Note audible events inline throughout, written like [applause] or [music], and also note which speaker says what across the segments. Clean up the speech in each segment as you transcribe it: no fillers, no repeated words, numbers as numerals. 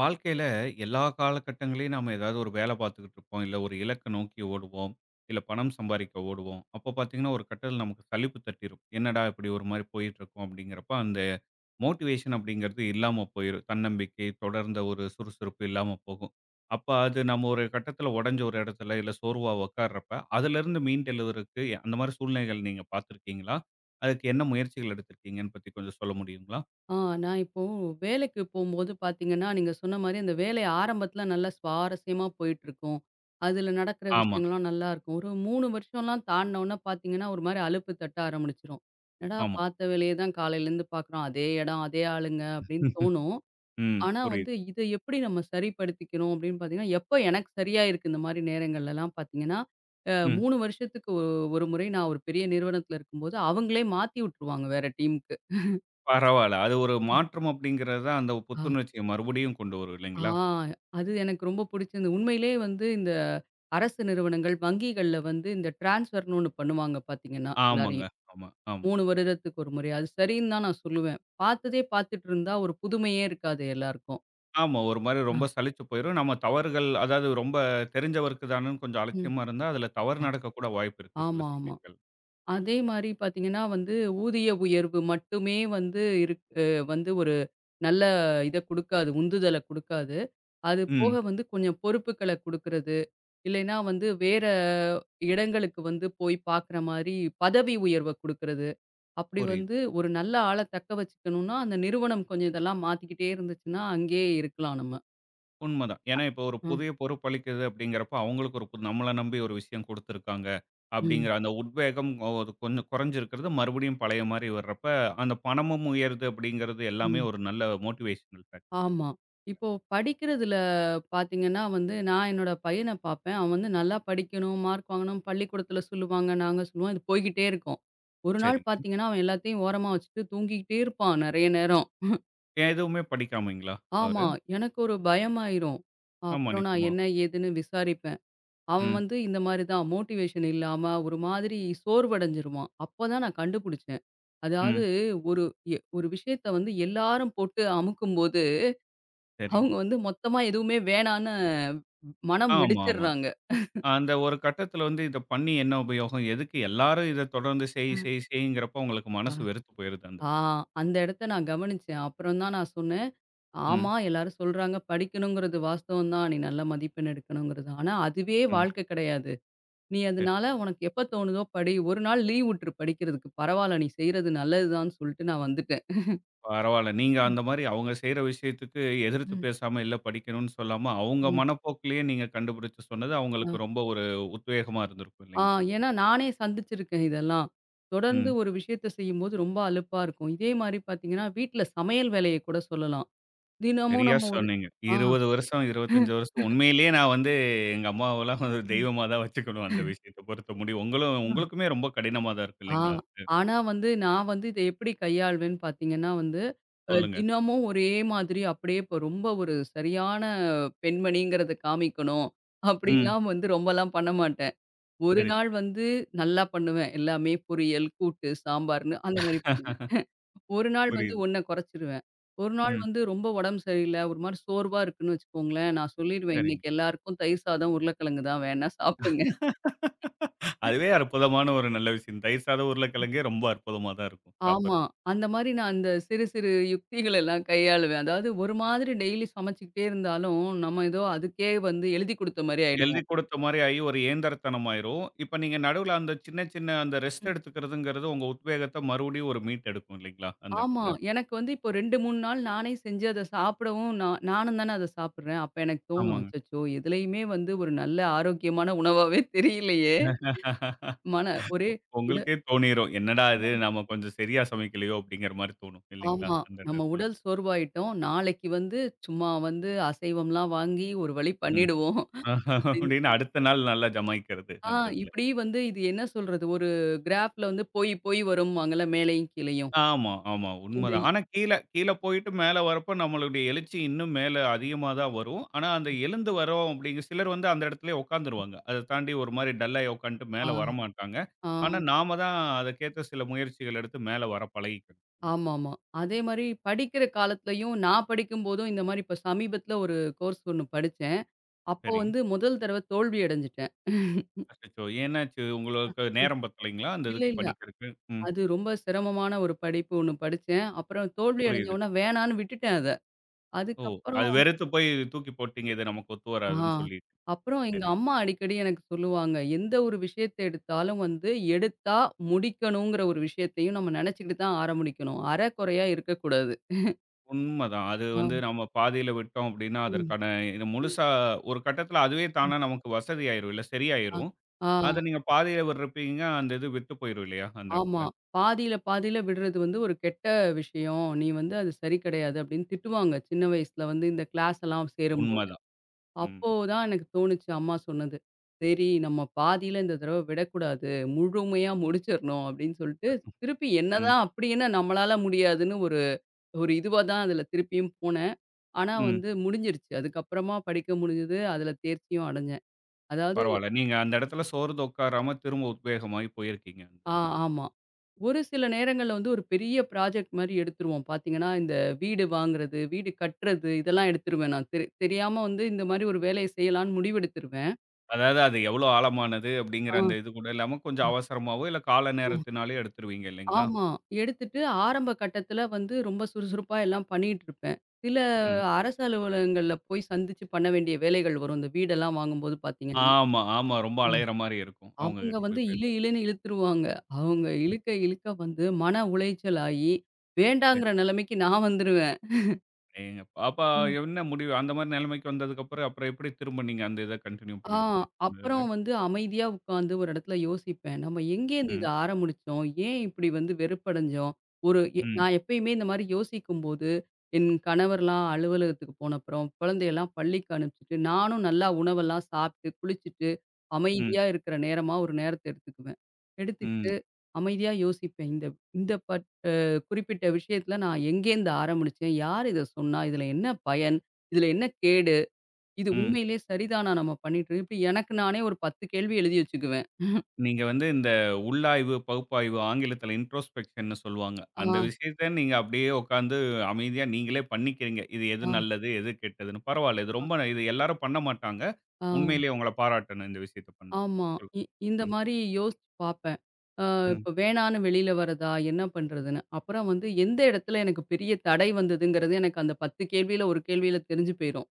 Speaker 1: வாழ்க்கையில எல்லா காலகட்டங்களையும் நாம ஏதாவது ஒரு வேலை பார்த்துக்கிட்டு இருப்போம். இல்ல ஒரு இலக்க நோக்கி ஓடுவோம். இல்ல பணம் சம்பாதிக்க ஓடுவோம். அப்ப பார்த்தீங்கன்னா, ஒரு கட்டத்தில நமக்கு சலிப்பு தட்டிரும். "என்னடா இப்படி ஒரு மாரி போயிட்டுருக்கோம்." அப்படிங்கிறப்ப அந்த மோட்டிவேஷன் அப்படிங்கிறது இல்லாம போயிரும். தன்னம்பிக்கை, தொடர்ந்த ஒரு சுறுசுறுப்பு இல்லாம போகும். அப்ப அது நம்ம ஒரு கட்டத்தில உடைஞ்ச ஒரு இடத்துல, இல்ல சோர்வா உட்கார்றப்ப, அதிலிருந்து மீண்டெழுவதற்கு அந்த மாரி சூழ்நிலைகள் நீங்க பார்த்துருக்கீங்களா? அதுக்கு என்ன முயற்சிகள் எடுத்திருக்கீங்கன்னு பத்தி கொஞ்சம் சொல்ல முடியுங்களா?
Speaker 2: ஆ நான் இப்போ வேலைக்கு போம்போது பார்த்தீங்கன்னா, நீங்க சொன்ன மாரி அந்த வேலை ஆரம்பத்தில நல்லா சுவாரஸ்யமா போயிட்டுருக்கும். அதில நடக்கிற
Speaker 1: ஆமா,
Speaker 2: விஷயங்கள்லாம் நல்லாருக்கும். ஒரு 3 வருஷம்லாம் தாண்டுனோன பார்த்தீங்கன்னா, ஒரு மாரி அலுப்பு தட்ட ஆரம்பிச்சுரும். "என்னடா
Speaker 1: ஆமா.
Speaker 2: பார்த்த வேலைய தான் காலையிலேருந்து பார்க்குறோம். அதே இடம், அதே ஆளுங்க" அப்படின்னு தோணும்.
Speaker 1: ம்.
Speaker 2: ஆனா வந்து
Speaker 1: புரியுது.
Speaker 2: இத எப்படி நம்ம சரிப்படுத்திக்கணும் அப்படின்னு பார்த்தீங்கன்னா, எப்ப எனக்கு சரியா இருக்கு இந்த மாரி நேரங்கள்லலாம் பார்த்தீங்கன்னா,
Speaker 1: ம்.
Speaker 2: 3 வருஷத்துக்கு ஒரு முறை நான் ஒரு பெரிய நிறுவனத்தில இருக்கும்போது, அவங்களே மாத்தி விட்டுருவாங்க வேற டீமுக்கு.
Speaker 1: பரவால்ல. அது ஒரு மாற்றம் அப்படிங்கிறது தான் அந்த புத்துணர்ச்சிய மறுபடியும் கொண்டு வரும்
Speaker 2: ஆ
Speaker 1: இல்லைங்களா?
Speaker 2: அது எனக்கு ரொம்ப பிடிச்சிருந்து. உண்மையிலேயே வந்து இந்த அரசு நிறுவனங்கள், வங்கிகள்ல வந்து இந்த ட்ரான்ஸ்ஃபர்ன்னு ஒண்ணு பண்ணுவாங்க பார்த்தீங்கன்னா,
Speaker 1: ஆமாங்க.
Speaker 2: எல்லாரையும்.
Speaker 1: ஆமா, ஆமா.
Speaker 2: 3 வருடத்துக்கு ஒரு முறை. அது சரின்னு தான் நான் சொல்லுவேன். பார்த்ததே பார்த்துட்டு இருந்தா ஒரு புதுமையே இருக்காது எல்லாருக்கும்.
Speaker 1: ஆமா. ஒரு மாரி
Speaker 2: ஆ.
Speaker 1: ரொம்ப சலிச்சு போயிரும். நம்ம தவறுகள் அதாவது ரொம்ப தெரிஞ்சவருக்கு தானேன்னு கொஞ்சம்
Speaker 2: ம்.
Speaker 1: அலட்சியமா இருந்தா, அதுல தவறு
Speaker 2: ஆ.
Speaker 1: நடக்கக்கூட வாய்ப்பு இருக்கு சில
Speaker 2: ஆமா, ஆமா.
Speaker 1: சமயங்கள்.
Speaker 2: அதே மாரி பார்த்தீங்கன்னா வந்து, ஊதிய உயர்வு மட்டுமே வந்து இருக் அ வந்து ஒரு நல்ல இத குடுக்காது, உந்துதல குடுக்காது. அது போக
Speaker 1: ம்.
Speaker 2: வந்து கொஞ்சம் பொறுப்புகள குடுக்குறது. இல்லைன்னா வந்து வேற இடங்களுக்கு வந்து போய் பார்க்குற மாரி பதவி உயர்வ குடுக்குறது. அப்படி
Speaker 1: புரியுது.
Speaker 2: வந்து ஒரு நல்ல ஆள தக்க வச்சுக்கணும்னா, அந்த நிறுவனம் கொஞ்சம் இதெல்லாம் மாத்திக்கிட்டே இருந்துச்சுன்னா, அங்கேயே இருக்கலாம் நம்ம.
Speaker 1: உண்மதான். ஏன்னா இப்போ ஒரு
Speaker 2: ம்.
Speaker 1: புதிய பொறுப்பளிக்குது அப்படிங்கிறப்போ, அவங்களுக்கு ஒரு நம்மள நம்பி ஒரு விஷயம் குடுத்துருக்காங்க. அப்படிங்கிற
Speaker 2: ம்.
Speaker 1: அந்த உத்வேகம் ஒரு கொஞ்சம் குறைஞ்சிருக்கிறது மறுபடியும் பழைய மாரி வர்றப்ப, அந்த பணமும் உயருது அப்படிங்கிறது எல்லாமே
Speaker 2: ம்.
Speaker 1: ஒரு நல்ல மோட்டிவேஷனல் ஃபேக்டர்.
Speaker 2: ஆமா. இப்போ படிக்கிறதுல பார்த்தீங்கன்னா வந்து, நான் என்னோட பையன பார்ப்பேன். அவன் வந்து நல்லா படிக்கணும், மார்க் வாங்கணும், பள்ளிக்கூடத்தில சொல்லுவாங்க, நாங்க சொல்லுவோம். இது போய்க்கிட்டே இருக்கும். ஒரு நாள்
Speaker 1: சரிங்க.
Speaker 2: பார்த்தீங்கன்னா, அவன் எல்லாத்தையும் ஓரமா வச்சுட்டு தூங்கிக்கிட்டே இருப்பான் நெறைய நேரம்.
Speaker 1: எதுவுமே படிக்காமைங்களா அவரு?
Speaker 2: ஆமா. எனக்கு ஒரு பயமாயிரும்.
Speaker 1: ஆமா,
Speaker 2: அப்புறம் நான்
Speaker 1: நிச்சயமா.
Speaker 2: என்ன ஏதுன்னு விசாரிப்பேன். அவன்
Speaker 1: ம்,
Speaker 2: வந்து இந்த மாரி தான் மோட்டிவேஷன் இல்லாம ஒரு மாதிரி சோர்வடைஞ்சிருவான். அப்பதான் நான் கண்டுபிடிச்சேன். அதாவது
Speaker 1: ம்.
Speaker 2: ஒரு ஒரு விஷயத்த வந்து எல்லாரும் போட்டு அமுக்கும்போது,
Speaker 1: சரி.
Speaker 2: அவங்க வந்து மொத்தமா எதுவுமே வேணான்னு மனம்
Speaker 1: ஆமா, ஆமா.
Speaker 2: வெடிச்சிடுறாங்க.
Speaker 1: அந்த ஒரு கட்டத்தில வந்து இத பண்ணி என்ன உபயோகம்? எதுக்கு எல்லாரும் இத தொடர்ந்து செய்,
Speaker 2: ஆ,
Speaker 1: செய், செய்ங்கிறப்போ உங்களுக்கு
Speaker 2: ஆ.
Speaker 1: மனசு வெறுத்து போயிருது அந்த
Speaker 2: ஆ
Speaker 1: இடத்துல.
Speaker 2: அந்த இடத்த நான் கவனிச்சேன். அப்புறம் தான் நான் சொன்னேன்,
Speaker 1: ம்,
Speaker 2: "ஆமா எல்லாரும் சொல்றாங்க படிக்கணுங்கிறது வாஸ்தவம் தான். நீ நல்ல மதிப்பெண் எடுக்கணுங்கிறது. ஆனா அதுவே
Speaker 1: ம்.
Speaker 2: வாழ்க்கை கிடையாது." நீ
Speaker 1: சரி.
Speaker 2: அதனால உனக்கு எப்ப தோணுதோ படி. ஒரு நாள் லீவ் விட்டுரு படிக்கிறதுக்கு. பரவால்ல நீ செய்றது நல்லதுதான்னு சொல்லிட்டு நான் வந்துட்டேன்.
Speaker 1: பரவால்ல. நீங்க
Speaker 2: ம்,
Speaker 1: அந்த மாரி அவங்க செய்ற விஷயத்துக்கு எதிர்த்து
Speaker 2: ம்,
Speaker 1: பேசாம, இல்ல படிக்கணும்னு சொல்லாம, அவங்க
Speaker 2: ம்.
Speaker 1: மனப்போக்குலயே நீங்க கண்டுபிடிச்சு சொன்னது
Speaker 2: அ,
Speaker 1: அவங்களுக்கு ரொம்ப ஒரு உத்வேகமா இருந்திருக்கும்
Speaker 2: ஆ
Speaker 1: இல்லைங்களா?
Speaker 2: ஏன்னா நானே சந்திச்சிருக்கேன் இதெல்லாம். தொடர்ந்து
Speaker 1: ம்.
Speaker 2: ஒரு விஷயத்த செய்யும்போது ரொம்ப அலுப்பா இருக்கும். இதே மாரி பார்த்தீங்கன்னா, வீட்ல சமையல் வேலைய கூட சொல்லலாம். தினமும்
Speaker 1: சரியா
Speaker 2: நம்ம ஒரு
Speaker 1: சொன்னீங்க.
Speaker 2: ஆ,
Speaker 1: 20 வருஷம், 25 வருஷம் உண்மையிலேயே நான் வந்து எங்க அம்மாவெல்லாம் ஒரு
Speaker 2: ம்.
Speaker 1: தெய்வமா தான் வச்சுக்கணும் அந்த விஷயத்த பொறுத்த முடியும். உங்களும்
Speaker 2: அ.
Speaker 1: உங்களுக்குமே ரொம்ப கடினமா தான் இருக்கு
Speaker 2: ஆ.
Speaker 1: இல்லைங்களா? அது
Speaker 2: ஆனா வந்து நான் வந்து இத எப்படி கையாள்வேன்னு பார்த்தீங்கன்னா வந்து,
Speaker 1: சொல்லுங்க.
Speaker 2: தினமும் ஒரே மாதிரி அப்படியே இப்போ ரொம்ப ஒரு சரியான பெண்மணிங்கிறத காமிக்கணும்.
Speaker 1: ம்.
Speaker 2: அப்படின்லாம் வந்து ரொம்பலாம் பண்ண மாட்டேன். ஒரு
Speaker 1: சரி, சரி.
Speaker 2: நாள் வந்து நல்லா பண்ணுவேன். எல்லாமே பொரியல், கூட்டு, சாம்பார்ன்னு அந்த மாரி பண்ணுவேன்.
Speaker 1: [laughs]
Speaker 2: [laughs] ஒரு நாள் வந்து
Speaker 1: புரியுது.
Speaker 2: ஒண்ண குறைச்சிருவேன். ஒரு நாள்
Speaker 1: ம்.
Speaker 2: வந்து ரொம்ப உடம்பு சரியில்ல, ஒரு மாரி சோர்வா இருக்குன்னு வச்சுக்கோங்களேன், நான் சொல்லிருவேன்,
Speaker 1: சரிங்க.
Speaker 2: "இன்னைக்கு எல்லாருக்கும் தயிர் சாதம், உருளைக்கிழங்கு தான் வேணா சாப்பிடுங்க."
Speaker 1: அதுவே அற்புதமான ஒரு நல்ல விஷயம். தயிர் சாதம், உருளைக்கிழங்கே ரொம்ப அற்புதமா தான் இருக்கும்
Speaker 2: ஆமா.
Speaker 1: சாப்பிடுறதுக்கு.
Speaker 2: அந்த மாரி நான் அந்த சிறு சிறு யுக்திகள் எல்லாம் கையாளுவேன். அதாவது ஒரு மாதிரி டெய்லி சமைச்சுக்கிட்டே இருந்தாலும், நம்ம ஏதோ அதுக்கே வந்து எழுதி குடுத்த மாரி
Speaker 1: எழுதி
Speaker 2: ஆயிடுவோம்.
Speaker 1: குடுத்த மாரி ஆயி ஒரு இயந்திரத்தனம் ஆயிரும். இப்ப நீங்க நடுவுல அந்த சின்ன சின்ன அந்த ரெஸ்ட் எடுத்துக்கிறதுங்கிறது உங்க உத்வேகத்த மறுபடியும் ஒரு மீட் எடுக்கும் இல்லைங்களா? அந்த
Speaker 2: ஆமா.
Speaker 1: இடத்துல.
Speaker 2: எனக்கு வந்து இப்போ 2, 3 நாள் நானே செஞ்சு அத சாப்பிடவும் நான் நானும் தானே அத சாப்பிடுறேன். அப்ப எனக்கு தோணும்,
Speaker 1: ஆமாங்க.
Speaker 2: அச்சச்சோ! எதுலயுமே வந்து ஒரு நல்ல ஆரோக்கியமான உணவாவே [laughs] தெரியலையே!
Speaker 1: [laughs]
Speaker 2: மன ஒரே உட
Speaker 1: உங்களுக்கே தோணிரும். என்னடா இது நம்ம கொஞ்சம் சரியா சமைக்கலையோ! அப்படிங்கிற மாரி தோணும். இல்லைங்களா?
Speaker 2: ஆமா.
Speaker 1: அந்த
Speaker 2: நம்ம
Speaker 1: நேரத்துல.
Speaker 2: உடல் சோர்வாயிட்டோம். நாளைக்கு வந்து சும்மா வந்து அசைவம்லாம் வாங்கி ஒரு வழி
Speaker 1: ம்.
Speaker 2: பண்ணிடுவோம்.
Speaker 1: [laughs]
Speaker 2: அப்படின்னு
Speaker 1: அப்படின்னு அடுத்த நாள் நல்லா ஜமாய்க்கிறது
Speaker 2: ஆ
Speaker 1: அந்த இதுல.
Speaker 2: இப்படி வந்து இது என்ன சொல்றது? ஒரு கிராஃப்ல வந்து போய் போய் வரும்பாங்கல்ல மேலேயும் கீழேயும்.
Speaker 1: ஆமா, ஆமா.
Speaker 2: இந்த
Speaker 1: உண்மதான்.
Speaker 2: இ
Speaker 1: ஆனா கீழ கீழ போயிட்டு மேல வரப்ப நம்மளுடைய எழுச்சி இன்னும் மேல அதிகமா தான் வரும். ஆனா அந்த எழுந்து வரோம் அப்படிங்க சிலர் வந்து அந்த இடத்துலயே உட்காந்துருவாங்க. அத தாண்டி ஒரு மாரி டல்லாயி உட்காந்துட்டு
Speaker 2: ஆ,
Speaker 1: மேல வரமாட்டாங்க.
Speaker 2: ஆ.
Speaker 1: ஆனா நாம தான் அதற்கேத்த சில முயற்சிகள் எடுத்து மேல வர பழகிக்கணும்.
Speaker 2: ஆமாமா. அதே மாரி படிக்கிற காலத்துலயும், நான் படிக்கும்போதும் இந்த மாரி இப்ப சமீபத்தில ஒரு கோர்ஸ் ஒண்ணு படிச்சேன். அப்போ
Speaker 1: சரி.
Speaker 2: வந்து முதல் தடவ தோல்வி அடைஞ்சுட்டேன்.
Speaker 1: அச்சச்சோ! என்னாச்சு உங்களுக்கு நேரம் பத்தலைங்களா? அந்த
Speaker 2: இல்ல,
Speaker 1: இதுக்கு
Speaker 2: இல்ல.
Speaker 1: படிக்கிறதுக்கு? ம்.
Speaker 2: அது ரொம்ப சிரமமான ஒரு படிப்பு ஒண்ணு படிச்சேன். அப்புறம் தோல்வி அடைஞ்ச
Speaker 1: புரியுது.
Speaker 2: உடனே வேணான்னு விட்டுட்டேன் அத.
Speaker 1: ஓ!
Speaker 2: அதுக்கப்புறம்
Speaker 1: அது வெறுத்து போய் தூக்கி போட்டீங்க. இது நமக்கு ஒத்து
Speaker 2: ஆ.
Speaker 1: வராதுன்னு சொல்லிட்டு.
Speaker 2: அப்புறம் எங்க
Speaker 1: சரி.
Speaker 2: அம்மா அடிக்கடி எனக்கு சொல்லுவாங்க, "எந்த ஒரு விஷயத்த எடுத்தாலும் வந்து, எடுத்தா முடிக்கணுங்கிற ஒரு விஷயத்தையும் நம்ம நினைச்சுக்கிட்டு தான் ஆரம்பிக்கணும். அரை குறையா இருக்கக்கூடாது."
Speaker 1: உண்மதான். அது
Speaker 2: ஆ.
Speaker 1: வந்து நம்ம பாதியில விட்டோம் அப்டின்னா,
Speaker 2: ம்.
Speaker 1: அதற்கான இது
Speaker 2: ம்.
Speaker 1: முழுசா ஒரு கட்டத்தில அதுவே
Speaker 2: ம்.
Speaker 1: தானா நமக்கு வசதி ஆயிரும் இல்ல
Speaker 2: ஆ.
Speaker 1: சரியாயிரும்.
Speaker 2: ஆ.
Speaker 1: அத நீங்க பாதியில விட்றப்பீங்க அந்த இது விட்டு போயிரும் இல்லையா? அந்த
Speaker 2: ஆமா.
Speaker 1: இடத்துல.
Speaker 2: பாதியில பாதியில விடுறது வந்து ஒரு கெட்ட விஷயம். நீ வந்து அது சரி கிடையாது அப்படின்னு திட்டுவாங்க. சின்ன வயசுல வந்து இந்த கிளாஸ் எல்லாம் சேரும்போது.
Speaker 1: உண்மதான். ம்,
Speaker 2: அப்போ தான் எனக்கு தோணுச்சு அம்மா சொன்னது. சரி நம்ம பாதியில இந்த தடவ விடக்கூடாது. முழுமையா முடிச்சிரணும் அப்படின்னு சொல்லிட்டு, திருப்பி
Speaker 1: ம்,
Speaker 2: என்னதான் அப்படி என்ன நம்மளால முடியாதுன்னு ஒரு ஒரு இதுவா தான் அதுல திருப்பியும் போனேன். ஆனா
Speaker 1: ம்.
Speaker 2: வந்து முடிஞ்சிருச்சு. அதுக்கப்புறமா படிக்க முடிஞ்சது. அதுல தேர்ச்சியும் அடைஞ்சேன். அதாவது
Speaker 1: பரவால்ல. நீங்க அந்த இடத்துல சோர்ந்து உட்காராம திரும்ப உத்வேகமாகி போயிருக்கீங்க அந்த
Speaker 2: ஆ
Speaker 1: இதுல.
Speaker 2: ஆமா. ஒரு சில நேரங்கள்ல வந்து ஒரு பெரிய ப்ராஜெக்ட் மாரி எடுத்துருவோம். பார்த்தீங்கன்னா, இந்த வீடு வாங்குறது, வீடு கட்டுறது இதெல்லாம் எடுத்துருவேன் நான். தெரியாம வந்து இந்த மாரி ஒரு வேலைய செய்யலான்னு முடிவெடுத்துருவேன்.
Speaker 1: அதாவது அது எவ்வளோ ஆழமானது
Speaker 2: ஆ,
Speaker 1: அப்டிங்கிற அந்த இது கூட இல்லாம கொஞ்சம் அவசரமாவோ, இல்ல கால
Speaker 2: ஆ.
Speaker 1: நேரத்தினாலயோ எடுத்துருவீங்க இல்லைங்களா?
Speaker 2: ஆமா. எடுத்துட்டு ஆரம்ப கட்டத்துல வந்து ரொம்ப சுறுசுறுப்பா எல்லாம் பண்ணிட்டுருப்பேன். சில
Speaker 1: ம்.
Speaker 2: அரசு அலுவலகங்கள்ல போய் சந்திச்சு பண்ண வேண்டிய வேலைகள் வரும். இந்த வீடெல்லாம் வாங்கும்போது பார்த்தீங்கன்னா,
Speaker 1: ஆமா, ஆமா. ரொம்ப
Speaker 2: ம்.
Speaker 1: அலையிற மாரி இருக்கும். அவங்க
Speaker 2: அவங்க
Speaker 1: கிட்ட
Speaker 2: வந்து
Speaker 1: போய் பேச.
Speaker 2: இழு இழுன்னு இழுத்துருவாங்க. அவங்க
Speaker 1: ம்.
Speaker 2: இழுக்க இழுக்க வந்து மன உளைச்சல் ஆயி, வேண்டாங்கிற
Speaker 1: சரி.
Speaker 2: நிலைமைக்கு நான் வந்துருவேன்.
Speaker 1: அடேங்கப்பா! அப்ப என்ன முடிவு? அந்த மாரி நிலைமைக்கு வந்ததுக்கப்புறம், அப்புறம் அப்புறம் எப்படி திரும்ப நீங்க அந்த இத கன்டின்யூ
Speaker 2: ஆ
Speaker 1: பண்ணுவீங்க? அந்த இதுல.
Speaker 2: அப்புறம் வந்து அமைதியா உட்காந்து ஒரு இடத்துல யோசிப்பேன். நம்ம எங்கேருந்து இத
Speaker 1: ம்.
Speaker 2: ஆரம்பிச்சோம்? ஏன் இப்படி வந்து வெறுப்படைஞ்சோம்? ஒரு எ
Speaker 1: ம்.
Speaker 2: நான் எப்பயுமே இந்த மாரி யோசிக்கும்போது, என் கணவர்லாம் அலுவலகத்துக்கு போனப்புறம், குழந்தையெல்லாம் பள்ளிக்கு அனுப்பிச்சுட்டு, நானும் நல்லா உணவெல்லாம் சாப்பிட்டு, குளிச்சுட்டு,
Speaker 1: ம்.
Speaker 2: அமைதியா இருக்கிற நேரமா ஒரு நேரத்த எடுத்துக்குவேன். எடுத்துக்கிட்டு
Speaker 1: ம்.
Speaker 2: அமைதியா யோசிப்பேன். இந்த இந்த பட் குறிப்பிட்ட விஷயத்துல நான் எங்கேருந்து ஆரம்பிச்சேன்? யார் இத சொன்னா? இதுல என்ன பயன்? இதுல என்ன கேடு? இது
Speaker 1: ம்.
Speaker 2: உண்மையிலே சரிதானா நம்ம பண்ணிட்டு இப்ப எனக்கு நானே ஒரு 10 கேள்வி எழுதி வச்சுக்குவேன்.
Speaker 1: நீங்க வந்து இந்த உள்ளாய்வு, பகுப்பாய்வு ஆங்கிலத்தில இன்ட்ரோஸ்பெக்ஷன்னு சொல்லுவாங்க.
Speaker 2: ஆ,
Speaker 1: அந்த விஷயத்த நீங்க அப்படியே உட்கார்ந்து அமைதியா நீங்களே பண்ணிக்கிறீங்க. இது எது
Speaker 2: ஆ,
Speaker 1: நல்லது? எது கெட்டதுன்னு. பரவால்ல. இது ரொம்ப இது எல்லாரும் பண்ண மாட்டாங்க.
Speaker 2: ஆ,
Speaker 1: உண்மையிலேயே உங்கள பாராட்டணும் இந்த விஷயத்த பண்றது.
Speaker 2: ஆமா.
Speaker 1: சொல்
Speaker 2: இ இந்த
Speaker 1: ம்.
Speaker 2: மாரி யோசிச்சு பார்ப்பேன். அ
Speaker 1: ம்.
Speaker 2: இப்ப வேணான்னு வெளியில வரதா? என்ன பண்றதுன்னு. அப்புறம் வந்து எந்த இடத்துல எனக்கு பெரிய தடை வந்ததுங்கிறது எனக்கு அந்த 10 கேள்வியில ஒரு கேள்வியில தெரிஞ்சு போயிரும்.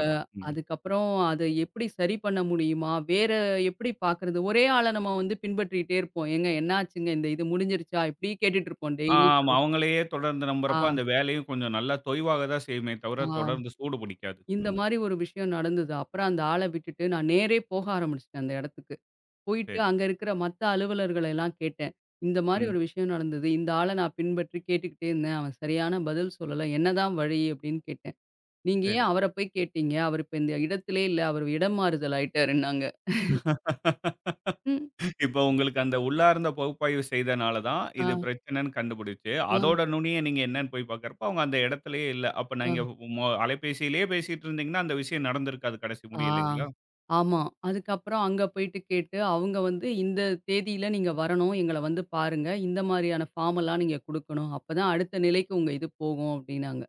Speaker 2: அ
Speaker 1: ம்.
Speaker 2: அதுக்கப்புறம் அத எப்படி சரி பண்ண முடியுமா? வேற எப்படி பார்க்கறது? ஒரே ஆள நம்ம வந்து பின்பற்றிட்டே இருப்போம். "ஏங்க என்ன ஆச்சுங்க? இந்த இது முடிஞ்சிருச்சா?" இப்படி கேட்டுட்டு இருப்போம் டெய்லி.
Speaker 1: ஆமா. அவங்களையே தொடர்ந்து நம்புறப்ப,
Speaker 2: ஆ,
Speaker 1: அந்த வேலையும் கொஞ்சம் நல்லா தொய்வாக தான் செய்யுமே தவிர,
Speaker 2: ஆ.
Speaker 1: தொடர்ந்து சூடு பிடிக்காது.
Speaker 2: இந்த
Speaker 1: அந்த
Speaker 2: மாரி ஒரு விஷயம் நடந்தது. அப்புறம் அந்த ஆள விட்டுட்டு நான் நேரே போக ஆரம்பிச்சுட்டேன் அந்த இடத்துக்கு.
Speaker 1: சரி.
Speaker 2: போயிட்டு அங்க இருக்கிற மத்த அலுவலர்கள எல்லாம் கேட்டேன். இந்த மாரி
Speaker 1: ம்.
Speaker 2: ஒரு விஷயம் நடந்தது. இந்த ஆள நான் பின்பற்றி கேட்டுக்கிட்டே இருந்தேன். அவன் சரியான பதில் சொல்லல. என்னதான் வழி அப்படின்னு கேட்டேன். நீங்க
Speaker 1: சரி.
Speaker 2: ஏன் அவர போய் கேட்டீங்க? அவர் இப்ப இந்த இடத்திலே இல்ல. அவர் இடம் மாறுதல் ஆயிட்டாருன்னாங்க.
Speaker 1: [laughs]
Speaker 2: ம்.
Speaker 1: இப்போ உங்களுக்கு அந்த உள்ளார்ந்த பகுப்பாய்வு செய்தனால தான்,
Speaker 2: ஆ,
Speaker 1: இது பிரச்சனைன்னு கண்டுபிடிச்சு,
Speaker 2: ஆ,
Speaker 1: அதோட நுனிய நீங்க என்னன்னு போய் பார்க்கிறப்ப, அவங்க அந்த இடத்திலேயே இல்ல. அப்ப
Speaker 2: ஆ.
Speaker 1: நீங்க அலைபேசியிலேயே பேசிட்டு இருந்தீங்கன்னா, அந்த விஷயம் நடந்திருக்காது கடைசி
Speaker 2: ஆ.
Speaker 1: முடிய இல்லைங்களா?
Speaker 2: ஆமா. அதுக்கப்புறம் அங்க போயிட்டு கேட்டு, அவங்க வந்து இந்த தேதியில நீங்க வரணும். எங்கள வந்து பாருங்க. இந்த மாரியான ஃபார்ம் எல்லாம் நீங்க குடுக்கணும். அப்பதான் அடுத்த நிலைக்கு உங்க இது போகும் அப்டின்னாங்க.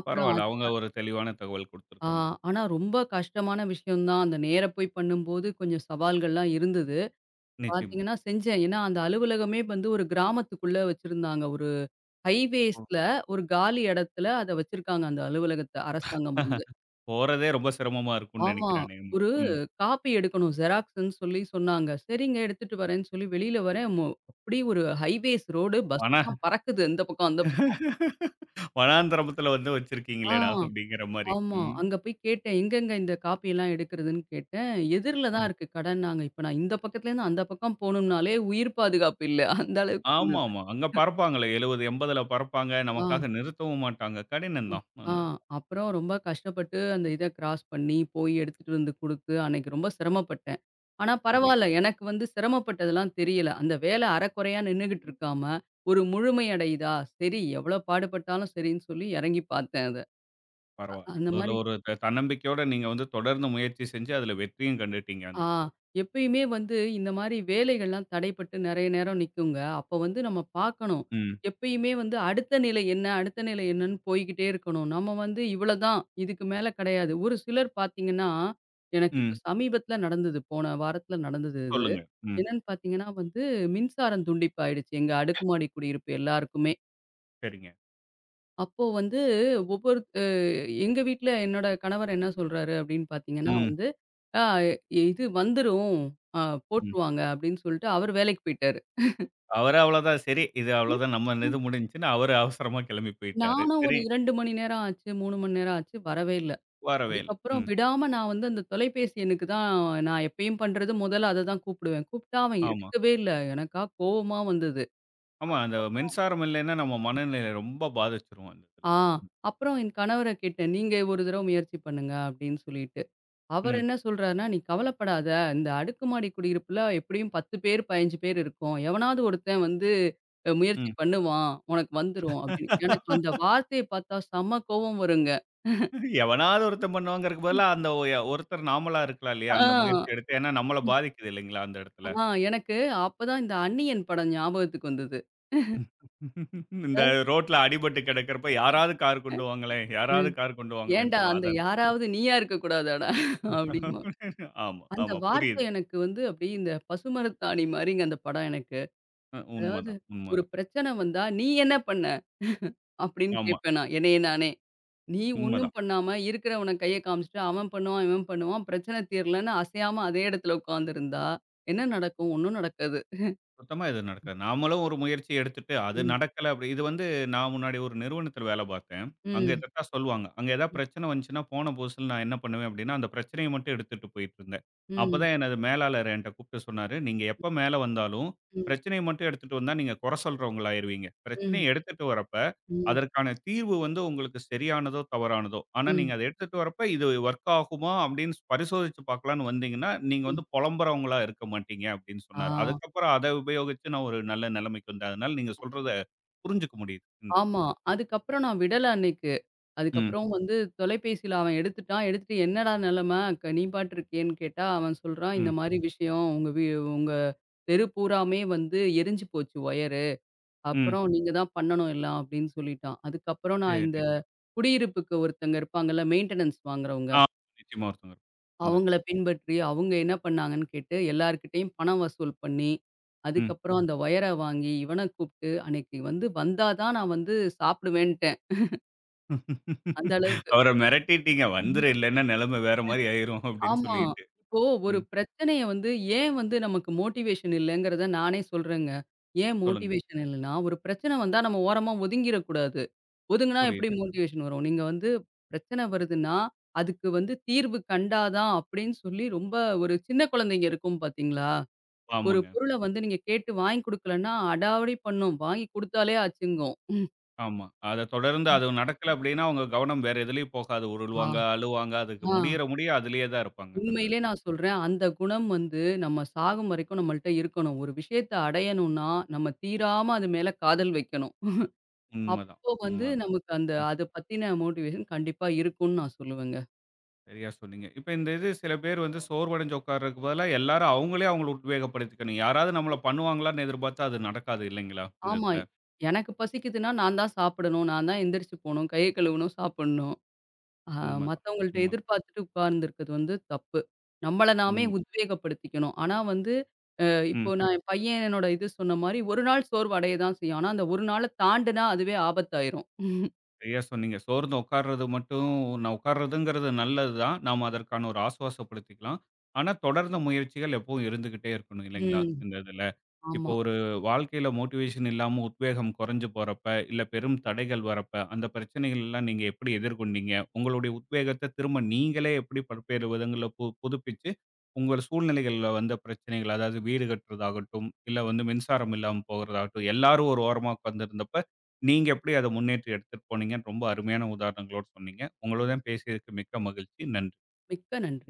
Speaker 2: அப்புறம்
Speaker 1: பரவால்ல. அவங்க
Speaker 2: அதுக்கு
Speaker 1: ஒரு தெளிவான தகவல்
Speaker 2: ஆ
Speaker 1: குடுத்துருக்காங்க.
Speaker 2: ஆனா ரொம்ப கஷ்டமான விஷயம் தான். அந்த நேர போய் பண்ணும்போது கொஞ்சம் சவால்கள்லாம் இருந்தது.
Speaker 1: நிச்சயமா.
Speaker 2: பார்த்தீங்கன்னா செஞ்சேன். ஏன்னா அந்த அலுவலகமே வந்து ஒரு கிராமத்துக்குள்ள வச்சிருந்தாங்க. ஒரு
Speaker 1: ம்.
Speaker 2: ஹைவேஸ்ல ஒரு காலி இடத்துல அத வச்சிருக்காங்க அந்த அலுவலகத்த அரசாங்கம் வந்து.
Speaker 1: [laughs] போறதே ரொம்ப சிரமமா இருக்கும்னு
Speaker 2: ஆமா.
Speaker 1: நெனைக்கிறேன் அநேகமா.
Speaker 2: ஒரு
Speaker 1: ம்.
Speaker 2: காப்பி எடுக்கணும். ஜெராக்ஸ்ன்னு சொல்லி சொன்னாங்க. சரிங்க எடுத்துட்டு வரேன்னு சொல்லி வெளியில வரேன். அப்படியே ஒரு ஹைவேஸ் ரோடு
Speaker 1: ஆனா
Speaker 2: பஸ்லாம் பறக்குது இந்த பக்கம், அந்த பக்கம்.
Speaker 1: "வனாந்தரத்துல வந்து
Speaker 2: ஆ,
Speaker 1: வச்சிருக்கீங்களேடா!" அப்படிங்கிற மாரி.
Speaker 2: ஆமா.
Speaker 1: ம்,
Speaker 2: அங்க போய் கேட்டேன். எங்கங்க இந்த காப்பியெல்லாம் எடுக்கிறதுன்னு கேட்டேன். எதிர்ல தான்
Speaker 1: ம்.
Speaker 2: இருக்கு கடன்னாங்க. இப்ப நான் இந்த பக்கத்துலேருந்து அந்த பக்கம் போணும்னாலே உயிர் பாதுகாப்பு இல்ல. அந்த அளவுக்கு
Speaker 1: ஆமா,
Speaker 2: இருந்தது.
Speaker 1: ஆமா. அங்க பறப்பாங்களே 70, 80ல பறப்பாங்க.
Speaker 2: ஆ.
Speaker 1: நமக்காக நிறுத்தவும் மாட்டாங்க. கடினம் தான்.
Speaker 2: ஆ.
Speaker 1: அந்த இது.
Speaker 2: அப்புறம் ரொம்ப கஷ்டப்பட்டு அந்த இத கிராஸ் பண்ணி, போய் எடுத்துட்டு வந்து குடுத்து, அன்னைக்கு ரொம்ப சிரமப்பட்டேன். ஆனா
Speaker 1: புரியுது.
Speaker 2: பரவால்ல. எனக்கு வந்து சிரமப்பட்டதெல்லாம் தெரியல. அந்த வேலை அரைகுறையா நின்னுகிட்டு இருக்காம, ஒரு முழுமை அடையுதா, சரி எவ்வளோ பாடுபட்டாலும் சரின்னு சொல்லி இறங்கி பார்த்தேன் அத.
Speaker 1: பரவால்ல.
Speaker 2: அந்த
Speaker 1: அதுல
Speaker 2: மாரி
Speaker 1: ஒரு தன்னம்பிக்கையோட நீங்க வந்து தொடர்ந்து முயற்சி செஞ்சு அதுல வெற்றியும் கண்டுட்டீங்க அந்த
Speaker 2: ஆ
Speaker 1: இதுல.
Speaker 2: எப்பயுமே வந்து இந்த மாரி வேலைகள்லாம் தடைப்பட்டு நெறைய நேரம் நிக்குங்க. அப்ப வந்து நம்ம பார்க்கணும்.
Speaker 1: ம்,
Speaker 2: எப்பயுமே வந்து அடுத்த நிலை என்ன, அடுத்த நிலை என்னன்னு போய்க்கிட்டே இருக்கணும். நம்ம வந்து இவ்வளதான், இதுக்கு மேல கிடையாது. ஒரு சிலர் பார்த்தீங்கன்னா, எனக்கு இப்ப
Speaker 1: ம்.
Speaker 2: சமீபத்தில நடந்தது. போன வாரத்தில நடந்தது இது.
Speaker 1: சொல்லுங்க. ம்.
Speaker 2: என்னன்னு பார்த்தீங்கன்னா வந்து மின்சாரம் துண்டிப்பு ஆயிடுச்சு எங்க அடுக்குமாடி குடியிருப்பு எல்லாருக்குமே.
Speaker 1: சரிங்க.
Speaker 2: அப்போ வந்து ஒவ்வொரு அ எங்க வீட்ல என்னோட கணவர் என்ன சொல்றாரு அப்படின்னு பார்த்தீங்கன்னா
Speaker 1: ம்,
Speaker 2: வந்து, "ஆ இது வந்துரும். அ
Speaker 1: ம்.
Speaker 2: போட்டுருவாங்க." அப்படின்னு சொல்லிட்டு அவர் வேலைக்கு போயிட்டாரு.
Speaker 1: அவரு அவ்வளோதான் சரி, இது
Speaker 2: ம்,
Speaker 1: அவ்வளோதான் நம்ம
Speaker 2: ம்.
Speaker 1: இது முடிஞ்சுச்சுன்னு அவரு அவசரமா கிளம்பி போயிட்டாரு.
Speaker 2: நானும்
Speaker 1: சரி,
Speaker 2: ஒரு 2 மணி நேரம் ஆச்சு, 3 மணி நேரம் ஆச்சு வரவே இல்ல.
Speaker 1: வரவே இல்ல.
Speaker 2: அதுக்கப்புறம்
Speaker 1: ம்.
Speaker 2: விடாம நான் வந்து அந்த தொலைபேசி எண்ணுக்கு தான் நான் எப்பயும் பண்றது முதல்ல அத தான் கூப்பிடுவேன். கூப்பிட்டா அவன்
Speaker 1: ஆமா.
Speaker 2: எடுக்கவே இல்ல. எனக்கா கோவமா வந்தது.
Speaker 1: ஆமா. அந்த
Speaker 2: அதுக்கப்புறம்
Speaker 1: மின்சாரம் இல்லைன்னா நம்ம மனநிலைய ரொம்ப பாதிச்சுரும் அந்த இதுல.
Speaker 2: ஆ அப்புறம் என் கணவர கேட்டேன். "நீங்க ஒரு தடவ முயற்சி பண்ணுங்க" அப்படின்னு சொல்லிட்டு. அவர்
Speaker 1: ம்.
Speaker 2: என்ன சொல்றாருன்னா, "நீ கவலைப்படாத. இந்த அடுக்குமாடி குடியிருப்புல எப்படியும் 10 பேர், 15 பேர் இருக்கோம். எவனாவது ஒருத்தன் வந்து முயற்சி
Speaker 1: ம்.
Speaker 2: பண்ணுவான். உனக்கு வந்துரும்." அப்படின்னு. எனக்கு அந்த
Speaker 1: [laughs]
Speaker 2: வார்த்தைய பார்த்தா செம்ம கோவம் வருங்க.
Speaker 1: எவனாவது ஒருத்தன் பண்ணுவாங்கறக்கு பதிலா, அந்த ஒருத்தர் நாமளா இருக்கலாம் இல்லையா? அந்த
Speaker 2: ஆ,
Speaker 1: முயற்சி எடுத்து. ஏன்னா நம்மள பாதிக்குது இல்லைங்களா? அந்த இடத்துல.
Speaker 2: ஆ, எனக்கு அப்பதான் இந்த அந்நியன் படம் ஞாபகத்துக்கு வந்தது.
Speaker 1: [laughs] இந்த ரோட்ல அடிபட்டு கிடக்கிறப்ப, யாராவது கார் கொண்டு வாங்களேன், யாராவது
Speaker 2: ம்.
Speaker 1: கார் கொண்டு வாங்களேன்னு
Speaker 2: "ஏன்டா
Speaker 1: சொல்லுவோம்.
Speaker 2: அந்த
Speaker 1: அதான்.
Speaker 2: யாராவது நீயா இருக்கக் கூடாதாடா?" அப்படிம்பா.
Speaker 1: [laughs] ஆமா,
Speaker 2: அந்த
Speaker 1: ஆமா.
Speaker 2: வார்த்தை
Speaker 1: புரியுது.
Speaker 2: எனக்கு வந்து அப்படியே இந்த பசுமரத்தாணி மாரிங்க அந்த படம் எனக்கு. அதாவது
Speaker 1: உண்மதான்,
Speaker 2: ஒரு
Speaker 1: உண்மதான்.
Speaker 2: பிரச்சனை வந்தா, "நீ என்ன பண்ண?" அப்படின்னு
Speaker 1: ஆமா,
Speaker 2: கேட்பேன் நான் என்னைய நானே. நீ ஒண்ணும்
Speaker 1: உண்மதான்.
Speaker 2: பண்ணாம இருக்கிறவன கைய காமிச்சுட்டு, அவன் பண்ணுவான், இவன் பண்ணுவான். பிரச்சனை தீரலன்னு அசையாம அதே இடத்துல உட்கார்ந்திருந்தா, என்ன நடக்கும்? ஒண்ணும் நடக்காது.
Speaker 1: சுத்தமா எதுவும் நடக்காது. நாமளும் ஒரு முயற்சி எடுத்துட்டு, அது
Speaker 2: ம்.
Speaker 1: நடக்கல அப்படி இது வந்து நான் முன்னாடி ஒரு நிறுவனத்தில வேலை பார்த்தேன். அங்க
Speaker 2: ம்.
Speaker 1: இதத்தான் சொல்லுவாங்க. அங்க ஏதாவது
Speaker 2: ம்.
Speaker 1: பிரச்சனை வந்துச்சுன்னா, போன புதுசுல நான் என்ன பண்ணுவேன் அப்படின்னா, அந்த பிரச்சனைய மட்டும் எடுத்துட்டு போயிட்டுருந்தேன்.
Speaker 2: ம்.
Speaker 1: அப்பதான் எனது மேலாளர் என்ட்ட கூப்பிட்டு சொன்னாரு, "நீங்க எப்ப மேல வந்தாலும்,
Speaker 2: ம்.
Speaker 1: பிரச்சனைய மட்டும் எடுத்துட்டு வந்தா நீங்க குறை சொல்றவங்களா ஆயிருவீங்க.
Speaker 2: ம்.
Speaker 1: பிரச்சனைய எடுத்துட்டு வரப்ப,
Speaker 2: ம்.
Speaker 1: அதற்கான தீர்வு வந்து உங்களுக்கு சரியானதோ, தவறானதோ, ஆனா நீங்க அத எடுத்துட்டு வரப்ப இது வொர்க் ஆகுமா அப்படின்னு பரிசோதிச்சு பார்க்கலான்னு வந்தீங்கன்னா, நீங்க
Speaker 2: ம்.
Speaker 1: வந்து புலம்புறவங்களா இருக்க மாட்டீங்க அப்படின்னு சொன்னாரு.
Speaker 2: ஆ.
Speaker 1: அதுக்கப்புறம் அத உபயோகிச்சு நான் ஒரு நல்ல நிலைமைக்கு வந்தேன். அதனால நீங்க சொல்றத புரிஞ்சுக்க முடியுது இந்த இதுல.
Speaker 2: ஆமா. அதுக்கப்புறம் நான் விடல அன்னைக்கு.
Speaker 1: ம்,
Speaker 2: அதுக்கப்புறம் வந்து தொலைபேசியில அவன் எடுத்துட்டான். எடுத்துட்டு "என்னடா நிலைமை? நீ பாட்டு இருக்கியேன்னு" கேட்டா, அவன் சொல்றான், "இந்த
Speaker 1: ம்,
Speaker 2: மாரி விஷயம். உங்க தெரு பூராமே வந்து எரிஞ்சு போச்சு ஒயரு.
Speaker 1: ம்.
Speaker 2: அப்புறம் நீங்க தான் பண்ணணும் எல்லாம்" அப்படின்னு சொல்லிட்டான். அதுக்கப்புறம் நான் இந்த
Speaker 1: சரி.
Speaker 2: குடியிருப்புக்கு ஒருத்தங்க இருப்பாங்கல்ல, மெயின்டனன்ஸ் வாங்குறவங்க.
Speaker 1: ஆ நிச்சயமா ஒருத்தவங்க இருப் அந்த இது.
Speaker 2: அவங்கள பின்பற்றி, அவங்க என்ன பண்ணாங்கன்னு கேட்டு, எல்லார்கிட்டயும் பணம் வசூல் பண்ணி,
Speaker 1: ம்.
Speaker 2: அதுக்கப்புறம் அந்த ஒயர வாங்கி, இவன கூப்ட்டு, அன்னைக்கு வந்து வந்தா தான் நான் வந்து சாப்பிடுவேன்ட்டேன். அந்த அளவுக்கு.
Speaker 1: அவர மிரட்டிட்டீங்க. வந்துரு இல்லன்னா நிலைமை வேற மாரி ஆயிரும் அப்படின்னு
Speaker 2: ஆமா.
Speaker 1: சொல்லிட்டு.
Speaker 2: இப்போ ஒரு
Speaker 1: ம்.
Speaker 2: பிரச்சனைய வந்து ஏன் வந்து நமக்கு மோட்டிவேஷன் இல்லங்கிறத நானே சொல்றேங்க. ஏன்
Speaker 1: சொல்லுங்க.
Speaker 2: மோட்டிவேஷன் இல்லன்னா, ஒரு பிரச்சனை வந்தா நம்ம ஓரமா ஒதுங்கிரக்கூடாது. ஒதுங்குனா எப்படி
Speaker 1: புரியுது.
Speaker 2: மோட்டிவேஷன் வரும்? நீங்க வந்து பிரச்சனை வருதுன்னா, அதுக்கு வந்து தீர்வு கண்டா தான் அப்படின்னு சொல்லி ரொம்ப ஒரு சின்ன குழந்தைங்க இருக்கும் பார்த்தீங்களா? ஒரு
Speaker 1: ஆமாங்க.
Speaker 2: பொருள வந்து நீங்க கேட்டு வாங்கி குடுக்கலன்னா, அடாவடி பண்ணும். வாங்கி குடுத்தாலே ஆச்சுங்கும். ம்.
Speaker 1: ஆமா. அத தொடர்ந்து அது நடக்கல அப்டின்னா, அவங்க கவனம் வேற எதுலயும் போகாது.
Speaker 2: ஆ.
Speaker 1: உருளுவாங்க, அழுவாங்க. அதுக்கு
Speaker 2: ஆ.
Speaker 1: முடியற முடிய அதிலேயே தான் இருப்பாங்க. அந்த
Speaker 2: உண்மையிலே
Speaker 1: இதுல.
Speaker 2: நான் சொல்றேன். அந்த குணம் வந்து நம்ம சாகும் வரைக்கும் நம்மள்ட்ட இருக்கணும். ஒரு விஷயத்த அடையணும்னா, நம்ம தீராம அது மேல காதல் வைக்கணும்.
Speaker 1: உண்மதான்,
Speaker 2: அப்போ வந்து
Speaker 1: உண்மதான்.
Speaker 2: நமக்கு அந்த
Speaker 1: ம்.
Speaker 2: அத பத்தின மோட்டிவேஷன் கண்டிப்பா இருக்கும்னு நான் சொல்லுவேங்க.
Speaker 1: சரியா சொன்னீங்க. இப்ப இந்த இது சில பேர் வந்து சோர்வடைஞ்சு உட்கார்றதுக்கு பதிலா எல்லாரும் அவங்களே அவங்கள உத்வேகப்படுத்திக்கணும். யாராவது நம்மள பண்ணுவாங்களான்னு எதிர்பார்த்தா அது நடக்காது இல்லைங்களா? இந்த
Speaker 2: ஆமா.
Speaker 1: இதுல.
Speaker 2: எனக்கு பசிக்குதுன்னா நான் தான் சாப்பிடணும். நான் தான் எந்திரிச்சு போணும். கைய கழுவணும், சாப்பிடணும். ஆ
Speaker 1: உண்மதான்.
Speaker 2: மத்தவங்கள்ட்ட
Speaker 1: உண்ம.
Speaker 2: எதிர்பார்த்துட்டு உட்கார்ந்திருக்கிறது வந்து தப்பு. நம்மள நாமே
Speaker 1: உண்ம.
Speaker 2: உத்வேகப்படுத்திக்கணும். ஆனா வந்து, அ
Speaker 1: ம்.
Speaker 2: இப்போ நான் என் பையனோட இது சொன்ன மாரி, ஒரு நாள் சோர்வு அடைய தான் செய்யும். ஆனா அந்த ஒரு நாள தாண்டுனா அதுவே ஆபத்தாயிரும்.
Speaker 1: சரியா சொன்னீங்க. சோர்ந்து உட்கார்றது மட்டும் நான் உட்கார்றதுங்கிறது நல்லது தான். நாம அதற்கான ஒரு ஆசுவாசப்படுத்திக்கலாம். ஆனா, தொடர்ந்த முயற்சிகள் எப்பவும் இருந்துகிட்டே இருக்கணும் இல்லைங்களா?
Speaker 2: ம்.
Speaker 1: இந்த இதுல. இப்போ
Speaker 2: ஆமா.
Speaker 1: ஒரு வாழ்க்கையில மோட்டிவேஷன் இல்லாம உத்வேகம் குறைஞ்சு போறப்ப, இல்ல பெரும் தடைகள் வரப்ப, அந்த பிரச்சனைகள் எல்லாம் நீங்க எப்படி எதிர்கொண்டீங்க? உங்களுடைய உத்வேகத்த திரும்ப நீங்களே எப்படி பல்வேறு விதங்கள்ல புதுப்பிச்சு, உங்கள் சூழ்நிலைகள்ல வந்த பிரச்சனைகள், அதாவது வீடு கட்டுறதாகட்டும், இல்ல வந்து மின்சாரம் இல்லாம போகறதாகட்டும், எல்லாரும் ஒரு ஓரமா உட்கார்ந்திருந்தப்ப நீங்க எப்படி அத முன்னேற்றி எடுத்துட்டு போனீங்கன்னு ரொம்ப அருமையான உதாரணங்களோட சொன்னீங்க. உங்களுடன் பேசியதற்கு மிக்க மகிழ்ச்சி. நன்றி.
Speaker 2: மிக்க நன்றி.